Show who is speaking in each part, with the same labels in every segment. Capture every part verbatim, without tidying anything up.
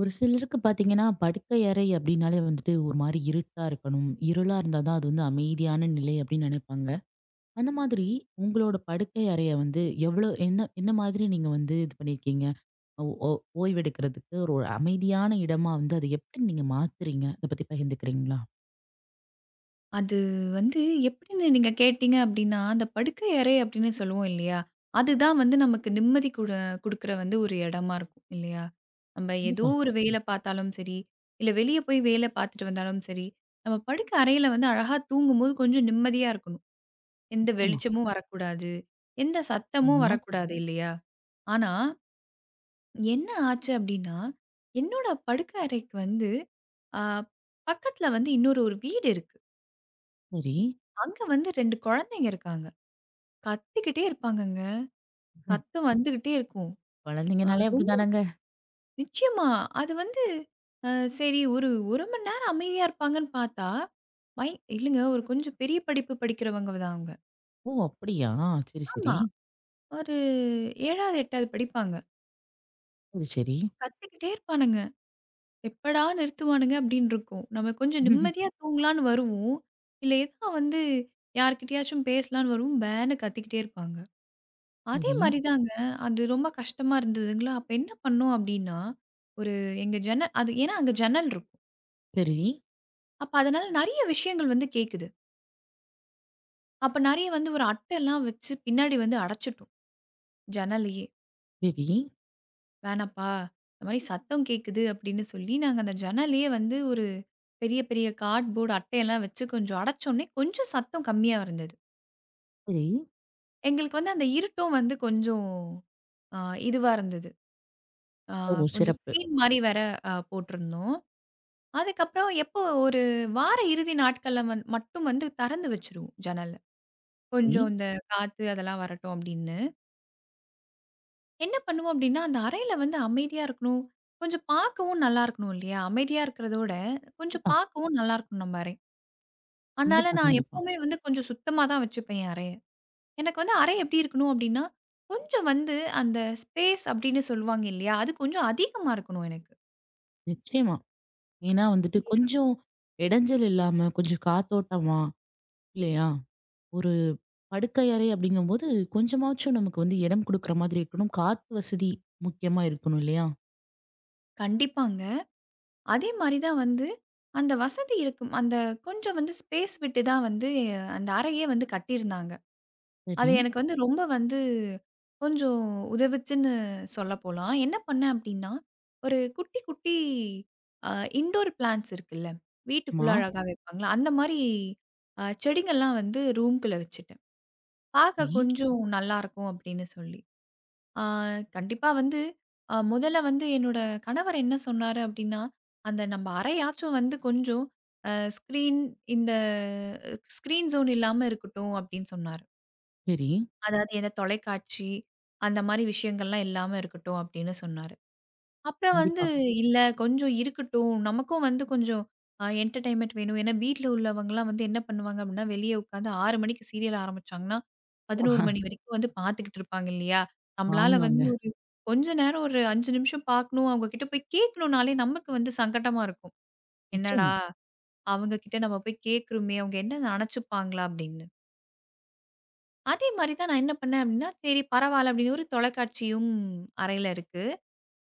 Speaker 1: ஒரு சிலருக்கு பார்த்தீங்கன்னா, படுக்கை அறை அப்டின்னாலே வந்துட்டு ஒரு மாரி இருட்டா இருக்கணும். இருளா இருந்தா தான் அது வந்து அமைதியான நிலை அப்டின்னு நெனைப்பாங்க. அந்த மாதிரி உங்களோட படுக்கை அறைய வந்து எவ்ளோ என்ன என்ன மாதிரி நீங்க வந்து இது பண்ணியிருக்கீங்க? ஓ ஓ ஓய்வெடுக்கிறதுக்கு ஒரு ஒரு அமைதியான இடமா வந்து அத எப்டி நீங்க மாத்துறீங்க? அத பத்தி பகிர்ந்துக்கிறீங்களா?
Speaker 2: அது வந்து எப்படின்னு நீங்க கேட்டீங்க அப்படின்னா, அந்த படுக்கை அறை அப்படின்னு சொல்லுவோம் இல்லையா? அதுதான் வந்து நமக்கு நிம்மதி குட குடுக்குற வந்து ஒரு இடமா இருக்கும் இல்லையா? நம்ம ஏதோ
Speaker 1: கண்டிப்பா.
Speaker 2: ஒரு வேலை பார்த்தாலும் சரி, இல்ல வெளிய போய் வேலை பார்த்துட்டு வந்தாலும் சரி, நம்ம படுக்கை அறையில வந்து அழகா தூங்கும்போது கொஞ்சம் நிம்மதியா இருக்கணும். எந்த
Speaker 1: நிச்சயமா.
Speaker 2: வெளிச்சமும் வரக்கூடாது, எந்த சத்தமும்
Speaker 1: ஆமா.
Speaker 2: வரக்கூடாது இல்லையா? ஆனா, என்ன ஆச்சு அப்படின்னா, என்னோட படுக்கை அறைக்கு வந்து அ பக்கத்துல வந்து இன்னொரு ஒரு வீடு இருக்கு.
Speaker 1: சரி.
Speaker 2: அங்க வந்து ரெண்டு குழந்தைங்க இருக்காங்க. கத்திக்கிட்டே இருப்பாங்கங்க.
Speaker 1: ம்.
Speaker 2: சத்தம் வந்துகிட்டே இருக்கும். அ
Speaker 1: குழந்தைங்கனாலே
Speaker 2: ரொம்
Speaker 1: அப்டிதானங்க.
Speaker 2: நிச்சயமா. அது வந்து அ சரி ஒரு 1 மணி நேரம் அமைதியா இருப்பாங்கன்னு பார்த்தா, மை இல்லங்க ஒரு கொஞ்சம் பெரிய படிப்பு படிக்கிறவங்க தான் அவங்க.
Speaker 1: ஓ! அப்டியா? சரி,
Speaker 2: ஆமா.
Speaker 1: சரி.
Speaker 2: ஒரு ஏழாவது, எட்டாவது படிப்பாங்க.
Speaker 1: சரி, சரி.
Speaker 2: கத்திக்கிட்டே இருப்பானுங்க. எப்படா நிறுத்துவானுங்க அப்படின்னு இருக்கும். நம்ம கொஞ்சம் நிம்மதியா தூங்கலான்னு வருவோம். இல்ல ஏதா வந்து யார்கிட்டயாச்சும் பேசலான்னு வருவோம். பேன்னு கத்திக்கிட்டே இருப்பாங்க. அதே
Speaker 1: சரி.
Speaker 2: மாரி தாங்க. அது ரொம்ப கஷ்டமா இருந்ததுங்களா, அப்ப என்ன பண்ணோம் அப்டின்னா, ஒரு எங்க ஜன்னல் அது ஏன்னா அங்க ஜன்னல் இருக்கும்.
Speaker 1: சரி.
Speaker 2: அப்ப அதனால நெறைய விஷயங்கள் வந்து கேக்குது. அப்ப நெறைய வந்து ஒரு அட்டைலாம் வச்சு பின்னாடி வந்து அடைச்சுட்டோம், ஜன்னலையே.
Speaker 1: சரி.
Speaker 2: "வேணாம்ப்பா, இந்த மாரி சத்தம் கேக்குது" அப்டின்னு சொல்லி நாங்க அந்த ஜன்னலையே வந்து ஒரு பெரிய பெரிய கார்ட்போர்டு அட்டையெல்லாம் வச்சு கொஞ்சம் அடைச்சோனே, கொஞ்சம் சத்தம் கம்மியா இருந்தது.
Speaker 1: சரி.
Speaker 2: எங்களுக்கு வந்து அந்த இருட்டும் வந்து கொஞ்சம் அ இதுவா இருந்தது. அ
Speaker 1: ஓ!
Speaker 2: கொஞ்சம்
Speaker 1: சிறப்பு.
Speaker 2: ஸ்க்ரீன் மாரி வேற அ போட்டிருந்தோம். அதுக்கப்புறம் எப்போ ஒரு வார இறுதி நாட்கள்ல வந் மட்டும் வந்து திறந்து வச்சுருவோம் ஜன்னல.
Speaker 1: சரி.
Speaker 2: கொஞ்சம் இந்த காத்து அதெல்லாம் வரட்டும் அப்படின்னு. என்ன பண்ணுவோம் அப்படின்னா, அந்த அறையில வந்து அமைதியா இருக்கணும். கொஞ்சம் பார்க்கவும் நல்லா இருக்கணும் இல்லையா? அமைதியா இருக்கிறதோட, கொஞ்சம்
Speaker 1: கண்டிப்பா,
Speaker 2: பார்க்கவும் நல்லா இருக்கணும் நம்ம அறை. அதனால
Speaker 1: கண்டிப்பா,
Speaker 2: நான்
Speaker 1: கண்டிப்பா.
Speaker 2: எப்பவுமே வந்து கொஞ்சம் சுத்தமா தான் வச்சுப்பேன் என் அறைய. எனக்கு வந்து அறை எப்படி இருக்கணும் அப்படின்னா, கொஞ்சம் வந்து அந்த ஸ்பேஸ் அப்படின்னு சொல்லுவாங்க இல்லையா? அது கொஞ்சம் அதிகமா இருக்கணும் எனக்கு.
Speaker 1: நிச்சயமா. ஏன்னா வந்துட்டு
Speaker 2: இல்லையா?
Speaker 1: கொஞ்சம் இடைஞ்சல் இல்லாம, கொஞ்சம் காத்தோட்டமா இல்லையா? ஒரு படுக்கை அறை அப்படிங்கும்போது, கொஞ்சமாச்சும் நமக்கு வந்து இடம் குடுக்குற மாதிரி இருக்கணும். காத்து வசதி முக்கியமா இருக்கணும் இல்லையா?
Speaker 2: கண்டிப்பாங்க. அதே மாரி தான் வந்து அந்த வசதி இருக்கும். அந்த கொஞ்சம் வந்து ஸ்பேஸ் விட்டு தான் வந்து அந்த அறையே வந்து கட்டியிருந்தாங்க. அது
Speaker 1: சரி.
Speaker 2: எனக்கு வந்து ரொம்ப வந்து கொஞ்சம் உதவுச்சுன்னு சொல்லப்போலாம். என்ன பண்ணேன் அப்டின்னா, ஒரு குட்டி குட்டி அ இன்டோர் பிளான்ட்ஸ் இருக்குல்ல,
Speaker 1: ஆமா.
Speaker 2: வீட்டுக்குள்ள அழகா வைப்பாங்கல்ல, அந்த மாரி அ செடிங்கள்லாம் வந்து ரூம்குள்ள வச்சுட்டேன். பார்க்க
Speaker 1: சரி,
Speaker 2: கொஞ்சம் நல்லாருக்கும் அப்டின்னு சொல்லி. ஆ கண்டிப்பா வந்து அ முதல்ல வந்து என்னோட கணவர் என்ன சொன்னாரு அப்டின்னா, அந்த நம்ம அறையாச்சும் வந்து கொஞ்சம் அ ஸ்க்ரீன் இந்த ஸ்க்ரீன் ஜோன் இல்லாம இருக்கட்டும் அப்டின்னு சொன்னாரு.
Speaker 1: சரி.
Speaker 2: அதாவது எந்த தொலைக்காட்சி அந்த மாரி விஷயங்கள்லாம் இல்லாம இருக்கட்டும் அப்டின்னு சொன்னாரு. அப்புறம் வந்து
Speaker 1: கண்டிப்பா.
Speaker 2: இல்ல கொஞ்சம் இருக்கட்டும். நமக்கும் வந்து கொஞ்சம் அ என்டர்டெயின்மென்ட் வேணும். ஏன்னா வீட்ல உள்ளவங்கலாம் வந்து என்ன பண்ணுவாங்க அப்டின்னா, வெளிய உட்காந்து ஆறு மணிக்கு சீரியல் ஆரம்பிச்சாங்கன்னா, பதினொரு மணி வரைக்கும் வந்து பார்த்துக்கிட்டு இருப்பாங்க இல்லையா? நம்மளால
Speaker 1: ஆமாங்க.
Speaker 2: வந்து ஒரு கொஞ்ச நேரம் ஒரு ஐந்து நிமிஷம் பார்க்கணும். அவங்க கிட்ட போய் கேட்கணும்னாலே நமக்கு வந்து சங்கட்டமா இருக்கும். என்னடா!
Speaker 1: நிச்சயமா.
Speaker 2: அவங்க கிட்ட நம்ம போய் கேட்கிறோமே, அவங்க என்ன நெனச்சுப்பாங்களா? அப்டின்னு. அதே மாரி தான் நான் என்ன பண்ணேன் அப்டின்னா, சரி பரவால்ல அப்டின்னு ஒரு தொலைக்காட்சியும் அறையில இருக்கு.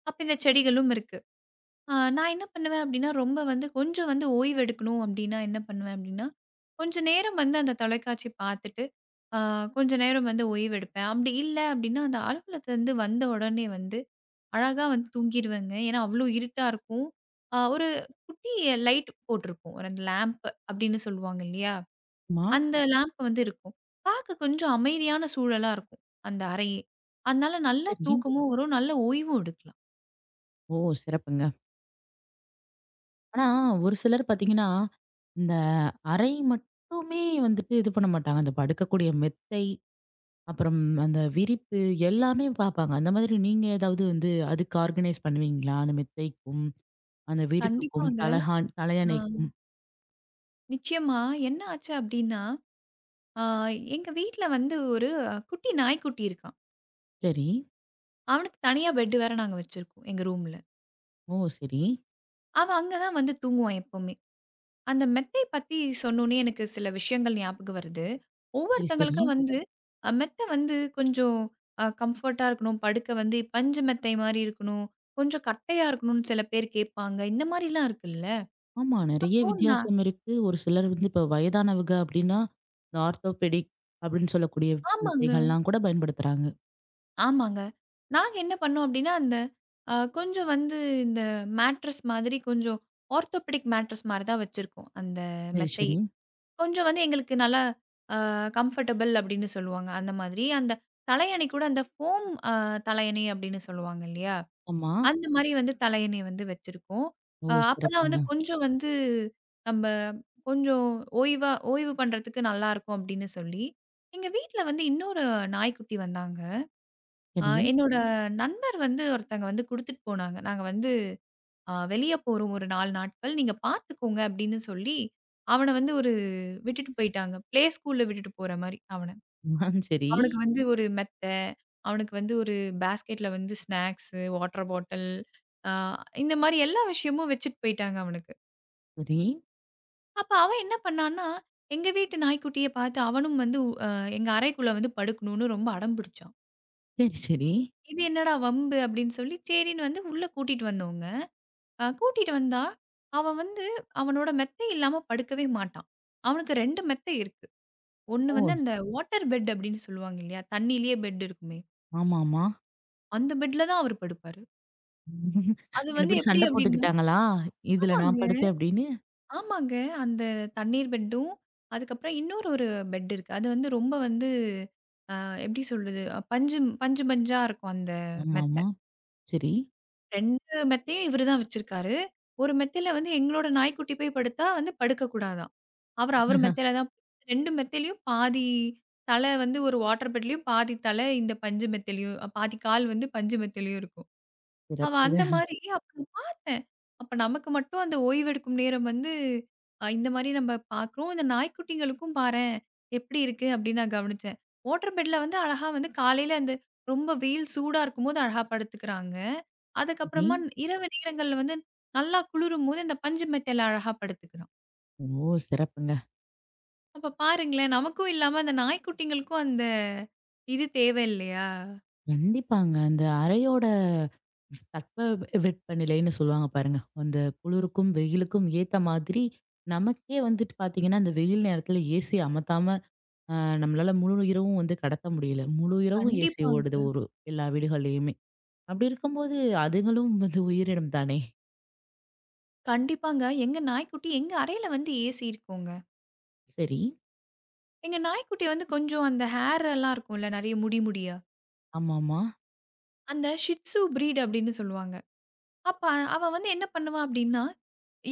Speaker 2: அப்ப இந்த செடிகளும் இருக்கு. ஆ, நான் என்ன பண்ணுவேன் அப்படின்னா, ரொம்ப வந்து கொஞ்சம் வந்து ஓய்வெடுக்கணும் அப்படின்னா என்ன பண்ணுவேன் அப்படின்னா, கொஞ்ச நேரம் வந்து அந்த தொலைக்காட்சி பார்த்துட்டு, ஆ கொஞ்ச நேரம் வந்து ஓய்வெடுப்பேன். அப்படி இல்ல அப்படின்னா, அந்த அலுவலகத்துலருந்து வந்த உடனே வந்து அழகா வந்து தூங்கிருவேங்க. ஏன்னா, அவ்வளோ இருட்டா இருக்கும். ஆ ஒரு குட்டி லைட் போட்டிருப்போம். ஒரு அந்த லேம்ப் அப்படின்னு சொல்லுவாங்க இல்லையா?
Speaker 1: ஆமா.
Speaker 2: அந்த லேம்ப் வந்து இருக்கும். பார்க்க கொஞ்சம் அமைதியான சூழலா இருக்கும் அந்த அறையே. அதனால நல்ல
Speaker 1: சரி.
Speaker 2: தூக்கமும் வரும், நல்ல ஓய்வும் எடுக்கலாம்.
Speaker 1: ஓ! சிறப்புங்க. ஆனா ஒரு சிலர் பார்த்தீங்கன்னா, இந்த அறை மட்டுமே வந்துட்டு இது பண்ண மாட்டாங்க. அந்த படுக்கக்கூடிய மெத்தை அப்புறம் அந்த விரிப்பு எல்லாமே பார்ப்பாங்க. அந்த மாதிரி நீங்க ஏதாவது வந்து அதுக்கு ஆர்கனைஸ் பண்ணுவீங்களா? அந்த மெத்தைக்கும், அந்த விரிப்புக்கும்,
Speaker 2: கண்டிப்பாங்க.
Speaker 1: தலகான்
Speaker 2: ஆ.
Speaker 1: தலையணைக்கும்.
Speaker 2: நிச்சயமா என்ன ஆச்சு அப்டின்னா, ஆ எங்க வீட்ல வந்து ஒரு அஹ், குட்டி நாய்க்குட்டி இருக்கான்.
Speaker 1: சரி.
Speaker 2: அவனுக்கு தனியா பெட் வேற நாங்க வச்சிருக்கோம், எங்க ரூம்ல.
Speaker 1: ஓ! சரி.
Speaker 2: அவன் அங்க தான் வந்து தூங்குவான் எப்பவுமே. அந்த மெத்தை பத்தி சொன்னோனே எனக்கு சில விஷயங்கள் ஞாபகம் வருது.
Speaker 1: சரி, சரி.
Speaker 2: ஒவ்வொருத்தங்களுக்கும் வந்து அ மெத்த வந்து கொஞ்சம் அ கம்ஃபர்ட்டா இருக்கணும். படுக்க வந்து பஞ்சு மெத்தை மாரி இருக்கணும். கொஞ்சம் கட்டையா இருக்கணும்னு சில பேர் கேட்பாங்க. இந்த மாரிலாம் இருக்குல்ல.
Speaker 1: ஆமா. நெறைய
Speaker 2: அப்போ நான்
Speaker 1: வித்தியாசம் இருக்கு. ஒரு சிலர் வந்து இப்ப வயதானவங்க அப்டின்னா, இந்த ஆர்த்தோபெடிக் அப்படின்னு சொல்லக்கூடிய
Speaker 2: ஆமாங்க.
Speaker 1: மெத்தைகள்லாம் கூட பயன்படுத்துறாங்க.
Speaker 2: ஆமாங்க. நாங்க என்ன பண்ணோம் அப்டின்னா, அந்த அ கொஞ்சம் வந்து இந்த மேட்ரஸ் மாதிரி கொஞ்சம் ஆர்த்தோபெடிக் மேட்ரஸ் மாரி தான் வச்சிருக்கோம். அந்த
Speaker 1: சரி,
Speaker 2: மெத்தை.
Speaker 1: சரி.
Speaker 2: கொஞ்சம் வந்து எங்களுக்கு நல்லா அ கம்ஃபர்டபிள் அப்டின்னு சொல்லுவாங்க. அந்த மாதிரி அந்த தலையணை கூட அந்த ஃபோம் அ தலையணை அப்டின்னு சொல்லுவாங்க இல்லையா?
Speaker 1: ஆமா.
Speaker 2: அந்த மாரி வந்து தலையணை வந்து வச்சிருக்கோம்.
Speaker 1: ஓ!
Speaker 2: அ அப்பதான் வந்து
Speaker 1: சிறப்புங்க.
Speaker 2: கொஞ்சம் வந்து நம்ப கொஞ்சம் ஓய்வா ஓய்வு பண்றதுக்கு நல்லாருக்கும் அப்டின்னு சொல்லி, எங்க வீட்ல வந்து இன்னொரு நாய்க்குட்டி வந்தாங்க. ஆ
Speaker 1: சரி.
Speaker 2: என்னோட நண்பர் வந்து ஒருத்தங்க வந்து குடுத்துட்டு போனாங்க. நாங்க வந்து அ வெளிய போறோம் ஒரு நாலு நாட்கள். நீங்க பார்த்துக்கோங்க அப்படின்னு சொல்லி, அவன வந்து ஒரு விட்டுட்டு போயிட்டாங்க. பிளே ஸ்கூல்ல விட்டுட்டு போற மாரி அவன.
Speaker 1: ஆ, சரி.
Speaker 2: அவனுக்கு வந்து ஒரு மெத்தை, அவனுக்கு வந்து ஒரு பாஸ்கெட்ல வந்து ஸ்நாக்ஸு, வாட்டர் பாட்டில் அ இந்த மாரி எல்லா விஷயமும் வச்சுட்டு போயிட்டாங்க அவனுக்கு.
Speaker 1: சரி.
Speaker 2: அப்ப அவன் என்ன பண்ணான்னா, எங்க வீட்டு நாய்க்குட்டிய பார்த்து அவனும் வந்து அ எங்க அறைக்குள்ள வந்து படுக்கணும்னு ரொம்ப அடம் பிடிச்சான்.
Speaker 1: சரி, சரி.
Speaker 2: இ இது என்னடா வம்பு அப்படின்னு சொல்லி, சரின்னு வந்து உள்ள கூட்டிட்டு வந்தோங்க. அ கூட்டிட்டு வந்தா, அவன் வந்து அவனோட மெத்தை இல்லாம படுக்கவே மாட்டான். அவனுக்கு ரெண்டு மெத்தை இருக்கு. ஒண்ணு வந்து
Speaker 1: ஓ!
Speaker 2: அந்த வாட்டர் பெட் அப்படின்னு சொல்லுவாங்க இல்லையா? தண்ணீலயே பெட் இருக்குமே.
Speaker 1: ஆமாமா.
Speaker 2: அந்த பெட்ல தான் அவரு படுப்பாரு. அது
Speaker 1: ரெண்டு
Speaker 2: வந்து
Speaker 1: பேரும்
Speaker 2: எப்படி
Speaker 1: சண்டை
Speaker 2: அப்படின்னா
Speaker 1: போட்டுக்கிட்டாங்களா? இதுல நான்
Speaker 2: ஆமாங்க,
Speaker 1: படுப்பேன் அப்படின்னு.
Speaker 2: ஆமாங்க. அந்த தண்ணீர் பெட்டும், அதுக்கப்புறம் இன்னொரு ஒரு பெட் இருக்கு. அது வந்து ரொம்ப வந்து அ எப்படி சொல்றது? அஹ், பஞ்சு பஞ்சு பஞ்சா இருக்கும் அந்த மெத்த.
Speaker 1: ஆமாமா. சரி.
Speaker 2: ரெண்டு மெத்தையும் இவரு தான் வச்சிருக்காரு. ஒரு மெத்தையில வந்து எங்களோட நாய்க்குட்டி போய் படுத்தா வந்து படுக்கக்கூடாதாம். அவரு அவர் அவர் மெத்தையில தான் ரெண்டு மெத்தையிலயும் பாதி தலை வந்து ஒரு வாட்டர் பெட்லயும், பாதி தலை இந்த பஞ்சு மெத்தையிலயும், பாதி கால் வந்து பஞ்சு மெத்தையிலயும் இருக்கும். அவ
Speaker 1: சிறப்புங்க.
Speaker 2: அந்த மாரி அப்புறம் பார்த்தேன். அப்ப நமக்கு மட்டும் அந்த ஓய்வெடுக்கும் நேரம் வந்து, அ இந்த மாரி நம்ம பார்க்குறோம். இந்த நாய்க்குட்டிகளுக்கும் பாரேன், எப்படி இருக்கு அப்படின்னு நான் கவனிச்சேன். வாட்டர் பெட்ல வந்து அழகா வந்து காலையில அந்த ரொம்ப வெயில் சூடா இருக்கும்போது அழகா படுத்துக்கிறாங்க.
Speaker 1: சரி.
Speaker 2: அதுக்கப்புறமா இரவு நேரங்கள்ல வந்து நல்லா குளிரும்போது இந்த பஞ்சு மெத்தையில அழகா படுத்துக்கிறோம்.
Speaker 1: ஓ! சிறப்புங்க.
Speaker 2: அப்ப பாருங்களேன், நமக்கும் இல்லாம அந்த நாய்க்குட்டிங்களுக்கும் அந்த இது தேவை இல்லையா?
Speaker 1: கண்டிப்பாங்க. அந்த அறையோட தட்பவெப்பநிலைன்னு சொல்லுவாங்க பாருங்க. அந்த குளிருக்கும், வெயிலுக்கும் ஏத்த மாதிரி நமக்கே வந்துட்டு பார்த்தீங்கன்னா, அந்த வெயில் நேரத்துல ஏசி அமத்தாம அ நம்மளால முழு இரவும் வந்து கடத்த முடியல. முழு இரவும் ஏசி ஓடுது
Speaker 2: கண்டிப்பாங்க.
Speaker 1: ஒரு எல்லா வீடுகள்லயுமே. அப்படி இருக்கும்போது அதுங்களும் வந்து உயிரினம் தானே!
Speaker 2: கண்டிப்பாங்க. எங்க நாய்க்குட்டி எங்க அறையில வந்து ஏசி இருக்குங்க.
Speaker 1: சரி.
Speaker 2: எங்க நாய்க்குட்டி வந்து கொஞ்சம் அந்த ஹேர் எல்லாம் இருக்கும்ல நெறைய முடி முடியா,
Speaker 1: ஆமாமா.
Speaker 2: அந்த ஷிட்ஸு பிரீட் அப்படின்னு சொல்லுவாங்க. அப்ப அவ வந்து என்ன பண்ணுவா அப்படின்னா,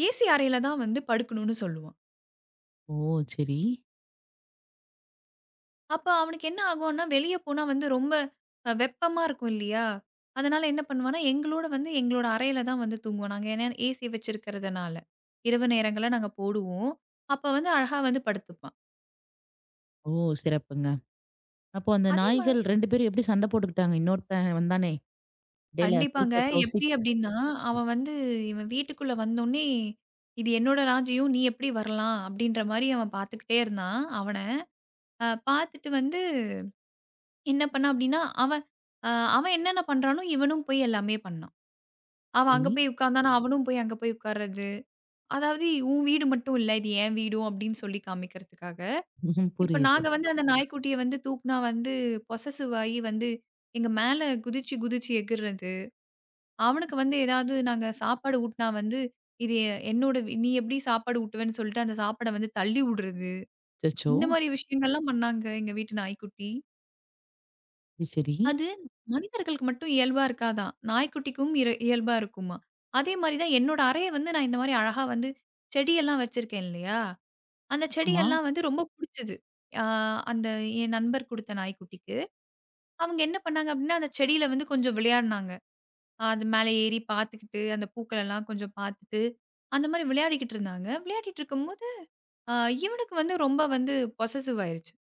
Speaker 2: ஏசி அறையில தான் வந்து படுக்கணும்னு சொல்லுவான்.
Speaker 1: ஓ! சரி.
Speaker 2: அப்ப அவனுக்கு என்ன ஆகும்னா, வெளிய போனா வந்து ரொம்ப அ வெப்பமா இருக்கும் இல்லையா? அதனால என்ன பண்ணுவான்னா, எங்களோட வந்து எங்களோட அறையில தான் வந்து தூங்குவான். நாங்க ஏன்னா ஏசி வச்சிருக்கிறதுனால. இரவு நேரங்கள்ல நாங்க போடுவோம். அப்ப வந்து அழகா வந்து படுத்துப்பான்.
Speaker 1: ஓ! சிறப்புங்க. அப்போ அந்த
Speaker 2: அதே
Speaker 1: நாய்கள் ரெண்டு பேரும் எப்படி சண்டை போட்டுக்கிட்டாங்க? இன்னொருத்தன் வந்தானே, இடையில
Speaker 2: கண்டிப்பாங்க.
Speaker 1: குறுக்க
Speaker 2: எப்டி
Speaker 1: கௌசிக்
Speaker 2: அப்டின்னா, அவன் வந்து இவன் வீட்டுக்குள்ள வந்தோனே, "இது என்னோட ராஜ்யம். நீ எப்டி வரலாம்?" அப்டின்ற மாரி அவன் பார்த்துக்கிட்டே இருந்தான் அவன. அ பார்த்துட்டு வந்து என்ன பண்ணான் அப்டின்னா, அவன் அ அவன் என்னென்ன பண்றானோ, இவனும் போய் எல்லாமே பண்ணான். அவன் அங்க
Speaker 1: போயி
Speaker 2: போய் உட்கார்ந்தானா, அவனும் போய் அங்க போய் உட்கார்றது. அதாவது "உன் வீடு மட்டும் இல்ல. இது என் வீடும்" அப்டின்னு சொல்லி காமிக்கிறதுக்காக.
Speaker 1: ம்ஹ்ம்.
Speaker 2: இப்ப
Speaker 1: புரியுது.
Speaker 2: நாங்க வந்து அந்த நாய்க்குட்டிய வந்து தூக்குனா வந்து பொசெசிவ் ஆயி வந்து எங்க மேல குதிச்சு, குதிச்சு எகுர்றது. அவனுக்கு வந்து ஏதாவது நாங்க சாப்பாடு ஊட்டினா வந்து, இது எ- என்னோட வி- நீ எப்படி சாப்பாடு ஊட்டுவேன்னு சொல்லிட்டு அந்த சாப்பாட வந்து தள்ளி விடுறது.
Speaker 1: அச்சச்சோ!
Speaker 2: இந்த மாரி விஷயங்கள்லாம் பண்ணாங்க எங்க வீட்டு நாய்க்குட்டி.
Speaker 1: சரி, சரி.
Speaker 2: அது மனிதர்களுக்கு மட்டும் இயல்பா இருக்காதாம். நாய்க்குட்டிக்கும் இர இயல்பா இருக்குமாம். அதே மாரி தான் என்னோட அறைய வந்து நான் இந்த மாரி அழகா வந்து செடியெல்லாம் வச்சிருக்கேன் இல்லையா? அந்த
Speaker 1: ஆமா.
Speaker 2: செடியெல்லாம் வந்து ரொம்ப புடிச்சது. ஆ அந்த என் நண்பர் குடுத்த நாய்க்குட்டிக்கு. அவங்க என்ன பண்ணாங்க அப்படின்னா, அந்த செடியில வந்து கொஞ்சம் விளையாடுனாங்க. அது மேல ஏறி பார்த்துக்கிட்டு, அந்த பூக்கள் எல்லாம் கொஞ்சம் பார்த்துட்டு, அந்த மாரி விளையாடிக்கிட்டு இருந்தாங்க. விளையாடிட்டு இருக்கும்போது, அ இவனுக்கு வந்து ரொம்ப வந்து பொசசிவ் ஆயிருச்சு.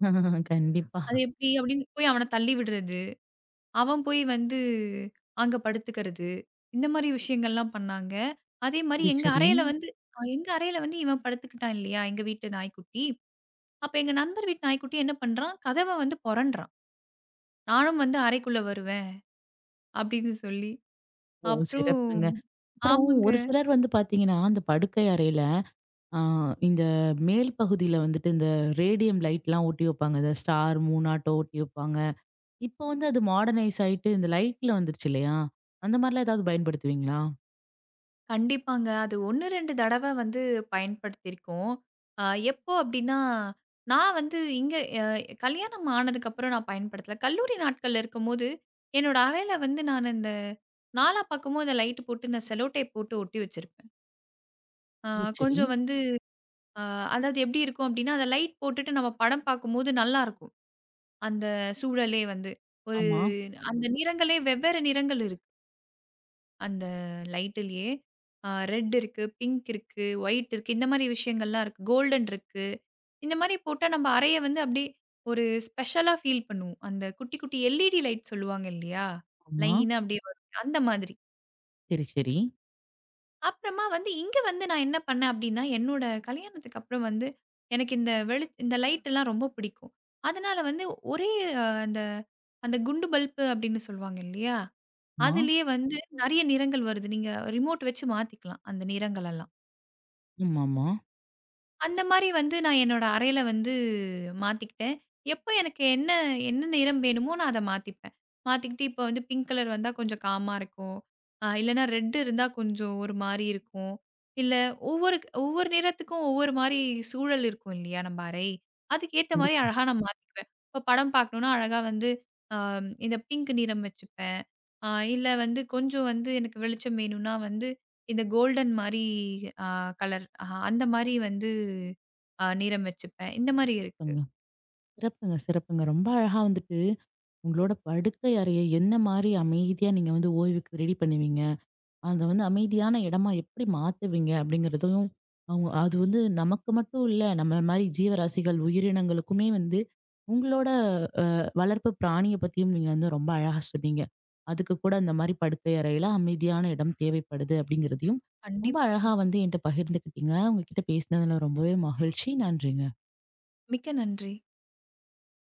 Speaker 1: கண்டிப்பா.
Speaker 2: அது எப்படி அப்படின்னு போய் அவன தள்ளி விடுறது, அவன் போய் வந்து அங்க படுத்துக்கிறது, இந்த மாரி விஷயங்கள்லாம் பண்ணாங்க. அதே மாரி
Speaker 1: சரி,
Speaker 2: எங்க
Speaker 1: சரி.
Speaker 2: அறையில வந்து அ எங்க அறையில வந்து இவன் படுத்துக்கிட்டான் இல்லையா, எங்க வீட்டு நாய்க்குட்டி. அப்ப எங்க நண்பர் வீட்டு நாய்க்குட்டி என்ன பண்றான், கதவ வந்து பொரண்டுறான். நானும் வந்து அறைக்குள்ள வருவேன் அப்படின்னு சொல்லி.
Speaker 1: ஓ!
Speaker 2: அப்புறம்
Speaker 1: சிறப்புங்க. அப்புறம்
Speaker 2: ஆமாங்க.
Speaker 1: ஒரு சிலர் வந்து பார்த்தீங்கன்னா, அந்த படுக்கை அறையில ஆ இந்த மேல் பகுதியில வந்துட்டு இந்த ரேடியம் லைட்லாம் ஒட்டி வைப்பாங்க. இந்த ஸ்டார், மூனாட்டோ ஒட்டி வைப்பாங்க. இப்போ வந்து அது மாடர்னைஸ் ஆயிட்டு இந்த லைட்ல வந்துருச்சு இல்லையா? அந்த மாரிலாம் ஏதாவது பயன்படுத்துவீங்களா?
Speaker 2: கண்டிப்பாங்க. அது ஒன்று, ரெண்டு தடவ வந்து பயன்படுத்தியிருக்கோம். அ எப்போ அப்டின்னா, நான் வந்து இங்க அ கல்யாணம் ஆனதுக்கப்புறம் நான் பயன்படுத்தல. கல்லூரி நாட்கள்ல இருக்கும்போது, என்னோட அறையில வந்து நான் இந்த நாலா பக்கமும் இந்த லைட் போட்டு, இந்த செல்லோ டேப் போட்டு ஒட்டி வச்சிருப்பேன். அ
Speaker 1: ம். சரி.
Speaker 2: கொஞ்சம் வந்து அ அதாவது எப்டி இருக்கும் அப்டின்னா, அந்த லைட் போட்டுட்டு நம்ம படம் பார்க்கும்போது நல்லாருக்கும். அந்த சூழலே வந்து. ஒரு
Speaker 1: ஆமா,
Speaker 2: அந்த நிறங்களே வெவ்வேறு நிறங்கள் இருக்கு. அந்த லைட்டிலேயே. அ ரெட் இருக்கு, பிங்க் இருக்கு, ஒயிட் இருக்கு. இந்த மாரி விஷயங்கள்லாம் இருக்கு. கோல்டன் இருக்கு. இந்த மாரி போட்டா நம்ம அறைய வந்து அப்படியே ஒரு ஸ்பெஷலா ஃபீல் பண்ணுவோம். அந்த குட்டி, குட்டி எல்இடி லைட் சொல்லுவாங்க இல்லையா?
Speaker 1: ஆமா.
Speaker 2: லைனா அப்படியே வரும். அந்த மாதிரி.
Speaker 1: சரி, சரி.
Speaker 2: அப்புறமா வந்து இங்க வந்து நான் என்ன பண்ணேன் அப்படின்னா, என்னோட கல்யாணத்துக்கு அப்புறம் வந்து எனக்கு இந்த வெளி இந்த லைட் எல்லாம் ரொம்ப பிடிக்கும். அதனால வந்து ஒரே அஹ், அந்த அந்த குண்டு பல்பு அப்படின்னு சொல்லுவாங்க இல்லையா?
Speaker 1: ஆமா.
Speaker 2: அதுலயே வந்து நெறைய நிறங்கள் வருது. நீங்க ரிமோட் வச்சு மாத்திக்கலாம் அந்த நிறங்களெல்லாம்.
Speaker 1: ஆமாமா.
Speaker 2: அந்த மாரி வந்து நான் என்னோட அறையில வந்து மாத்திக்கிட்டேன். எப்ப எனக்கு என்ன என்ன நிறம் வேணுமோ நான் அத மாத்திப்பேன். மாத்திக்கிட்டு இப்ப வந்து பிங்க் கலர் வந்தா கொஞ்சம் காமா இருக்கும். அ இல்லன்னா ரெட் இருந்தா கொஞ்சம் ஒரு மாரி இருக்கும். இல்ல ஒவ்வொரு ஒவ்வொரு நிறத்துக்கும் ஒவ்வொரு மாரி சூழல் இருக்கும் இல்லையா நம்ம அறை. அதுக்கேத்த மாரி அழகா நான் மாத்திக்குவேன். இப்ப படம் பார்க்கணும்னா அழகா வந்து அ இந்த பிங்க் நிறம் வச்சுப்பேன். அ இல்ல வந்து கொஞ்சம் வந்து எனக்கு வெளிச்சம் வேணும்னா வந்து இந்த கோல்டன் மாரி அ கலர். அ அந்த மாரி வந்து அ நிறம் வச்சுப்பேன். இந்த மாரி இருக்கு.
Speaker 1: சிறப்புங்க. சிறப்புங்க, சிறப்புங்க. ரொம்ப அழகா வந்துட்டு, உங்களோட படுக்கை அறைய என்ன மாரி அமைதியா நீங்க வந்து ஓய்வுக்கு ரெடி பண்ணுவீங்க? அத வந்து அமைதியான இடமா எப்படி மாத்துவீங்க அப்படிங்கிறதையும், அவங்க அது வந்து நமக்கு மட்டும் இல்ல, நம்மள மாரி ஜீவராசிகள், உயிரினங்களுக்குமே வந்து உங்களோட அ வளர்ப்பு பிராணிய பத்தியும் நீங்க வந்து ரொம்ப அழகா சொன்னீங்க. அதுக்கு கூட இந்த மாரி படுக்கை அறையில அமைதியான இடம் தேவைப்படுது அப்படிங்கிறதையும், ரொம்ப அழகா
Speaker 2: கண்டிப்பாங்க.
Speaker 1: வந்து என்ட்ட பகிர்ந்துக்கிட்டீங்க. உங்ககிட்ட பேசினதுல ரொம்பவே மகிழ்ச்சி. நன்றிங்க.
Speaker 2: மிக்க நன்றி.